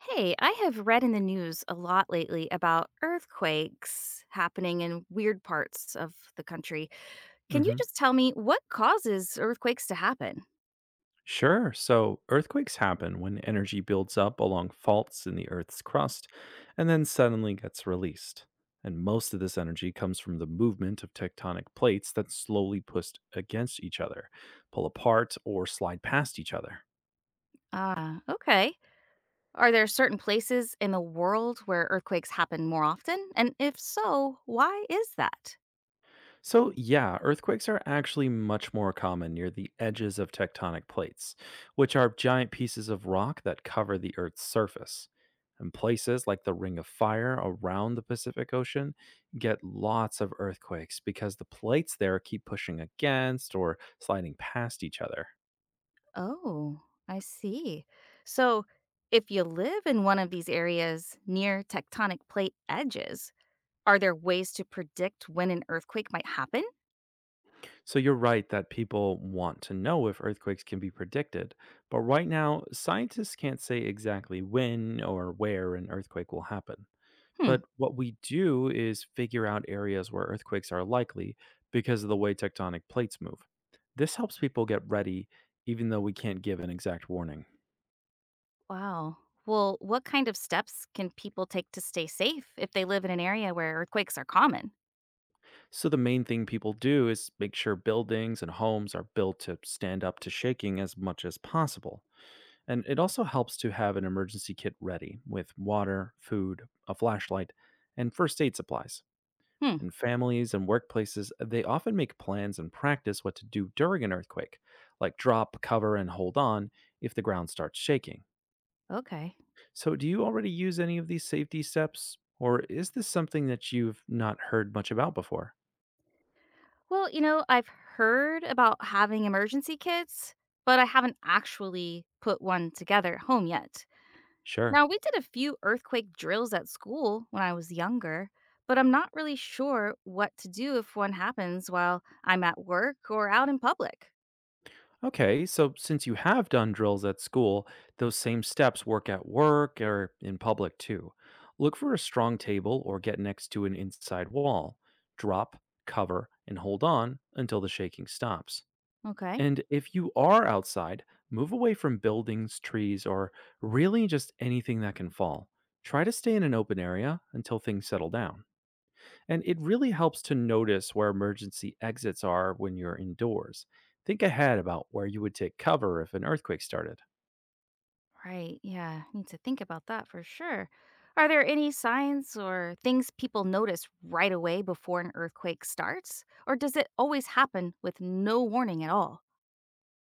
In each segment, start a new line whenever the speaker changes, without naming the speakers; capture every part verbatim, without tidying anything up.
Hey, I have read in the news a lot lately about earthquakes happening in weird parts of the country. Can you
hmm
just tell me what causes earthquakes to happen?
Sure. So earthquakes happen when energy builds up along faults in the Earth's crust and then suddenly gets released. And most of this energy comes from the movement of tectonic plates that slowly push against each other, pull apart, or slide past each other.
Ah, okay. Are there certain places in the world where earthquakes happen more often? And if so, why is that?
So, yeah, earthquakes are actually much more common near the edges of tectonic plates, which are giant pieces of rock that cover the Earth's surface. And places like the Ring of Fire around the Pacific Ocean get lots of earthquakes because the plates there keep pushing against or sliding past each other.
Oh, I see. So, if you live in one of these areas near tectonic plate edges, are there ways to predict when an earthquake might happen?
So, you're right that people want to know if earthquakes can be predicted, but right now, scientists can't say exactly when or where an earthquake will happen.
Hmm.
But what we do is figure out areas where earthquakes are likely because of the way tectonic plates move. This helps people get ready, even though we can't give an exact warning.
Wow. Well, what kind of steps can people take to stay safe if they live in an area where earthquakes are common?
So, the main thing people do is make sure buildings and homes are built to stand up to shaking as much as possible. And it also helps to have an emergency kit ready with water, food, a flashlight, and first aid supplies.
Hmm.
In families and workplaces, they often make plans and practice what to do during an earthquake, like drop, cover, and hold on if the ground starts shaking.
Okay.
So, do you already use any of these safety steps, or is this something that you've not heard much about before?
Well, you know, I've heard about having emergency kits, but I haven't actually put one together at home yet. Now,
Sure.
we did a few earthquake drills at school when I was younger, but I'm not really sure what to do if one happens while I'm at work or out in public.
Okay, so since you have done drills at school, those same steps work at work or in public too. Look for a strong table or get next to an inside wall. Drop, cover, and hold on until the shaking stops.
Okay.
And if you are outside, move away from buildings, trees, or really just anything that can fall. Try to stay in an open area until things settle down. And it really helps to notice where emergency exits are when you're indoors. Think ahead about where you would take cover if an earthquake started.
Right. Yeah. Need to think about that for sure. Are there any signs or things people notice right away before an earthquake starts? Or does it always happen with no warning at all?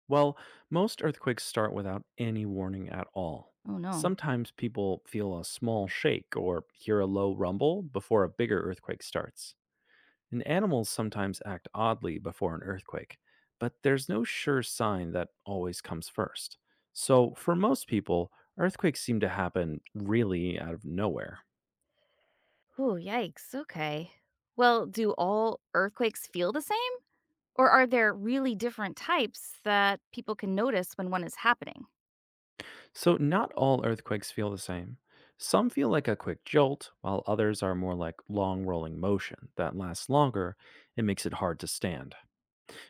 Well, most earthquakes start without any warning at all.
Oh, no.
Sometimes people feel a small shake or hear a low rumble before a bigger earthquake starts. And animals sometimes act oddly before an earthquake, but there's no sure sign that always comes first. So, for most people, earthquakes seem to happen really out of nowhere.
Oh, yikes. Okay. Well, do all earthquakes feel the same? Or are there really different types that people can notice when one is happening?
So, not all earthquakes feel the same. Some feel like a quick jolt, while others are more like long rolling motion that lasts longer and makes it hard to stand.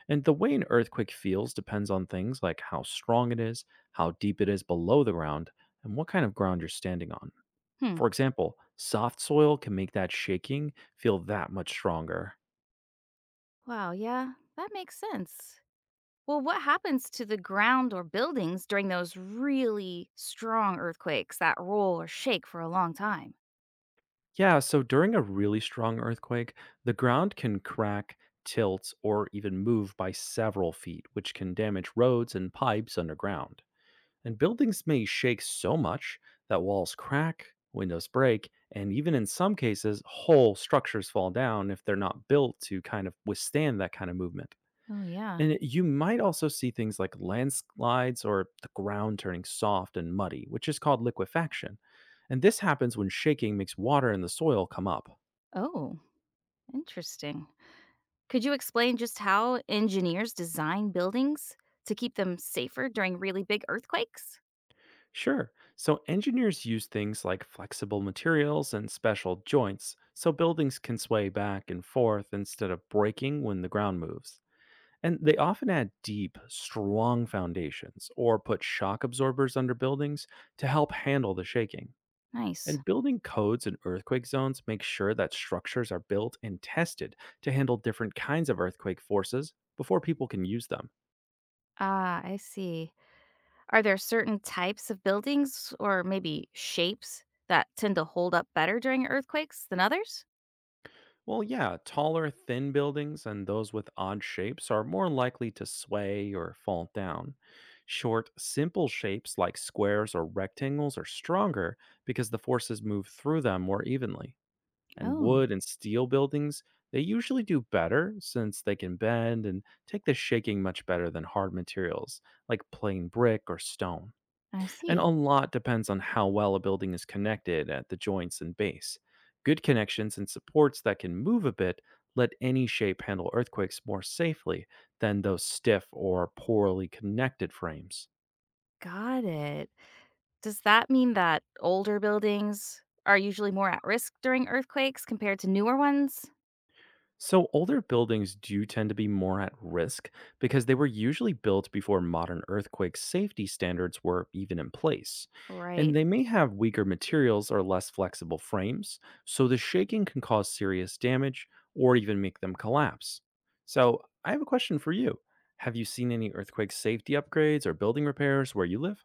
And the way an earthquake feels depends on things like how strong it is, how deep it is below the ground, and what kind of ground you're standing on.
Hmm.
For example, soft soil can make that shaking feel that much stronger.
Wow. Yeah. That makes sense. Well, what happens to the ground or buildings during those really strong earthquakes that roll or shake for a long time?
Yeah, so during a really strong earthquake, the ground can crack, tilt, or even move by several feet, which can damage roads and pipes underground. And buildings may shake so much that walls crack, windows break, and even in some cases, whole structures fall down if they're not built to kind of withstand that kind of movement.
Oh, yeah.
And it- you might also see things like landslides or the ground turning soft and muddy, which is called liquefaction. And this happens when shaking makes water in the soil come up.
Oh, interesting. Could you explain just how engineers design buildings to keep them safer during really big earthquakes?
Sure, so engineers use things like flexible materials and special joints so buildings can sway back and forth instead of breaking when the ground moves. And they often add deep, strong foundations or put shock absorbers under buildings to help handle the shaking.
Nice.
And building codes in earthquake zones make sure that structures are built and tested to handle different kinds of earthquake forces before people can use them.
Ah, I see. Are there certain types of buildings or maybe shapes that tend to hold up better during earthquakes than others?
Well, yeah, taller, thin buildings and those with odd shapes are more likely to sway or fall down. Short, simple shapes like squares or rectangles are stronger because the forces move through them more evenly. And
Oh,
wood and steel buildings, they usually do better since they can bend and take the shaking much better than hard materials like plain brick or stone.
I
And a
see.
lot depends on how well a building is connected at the joints and base. Good connections and supports that can move a bit let any shape handle earthquakes more safely than those stiff or poorly connected frames.
Got it. Does that mean that older buildings are usually more at risk during earthquakes compared to newer ones?
So, older buildings do tend to be more at risk because they were usually built before modern earthquake safety standards were even in place. And
Right.
they may have weaker materials or less flexible frames, so the shaking can cause serious damage or even make them collapse. So, I have a question for you. Have you seen any earthquake safety upgrades or building repairs where you live?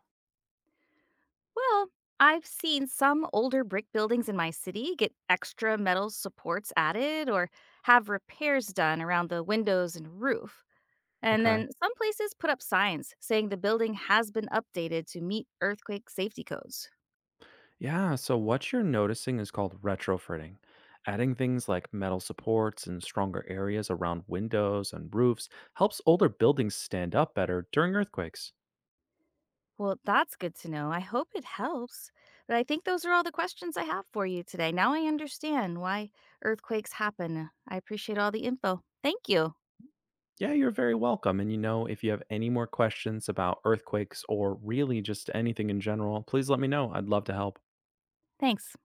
Well, I've seen some older brick buildings in my city get extra metal supports added or have repairs done around the windows and roof. And
Okay.
then some places put up signs saying the building has been updated to meet earthquake safety codes.
Yeah, so what you're noticing is called retrofitting. Adding things like metal supports and stronger areas around windows and roofs helps older buildings stand up better during earthquakes.
Well, that's good to know. I hope it helps. But I think those are all the questions I have for you today. Now I understand why earthquakes happen. I appreciate all the info. Thank you.
Yeah, you're very welcome. And you know, if you have any more questions about earthquakes or really just anything in general, please let me know. I'd love to help.
Thanks.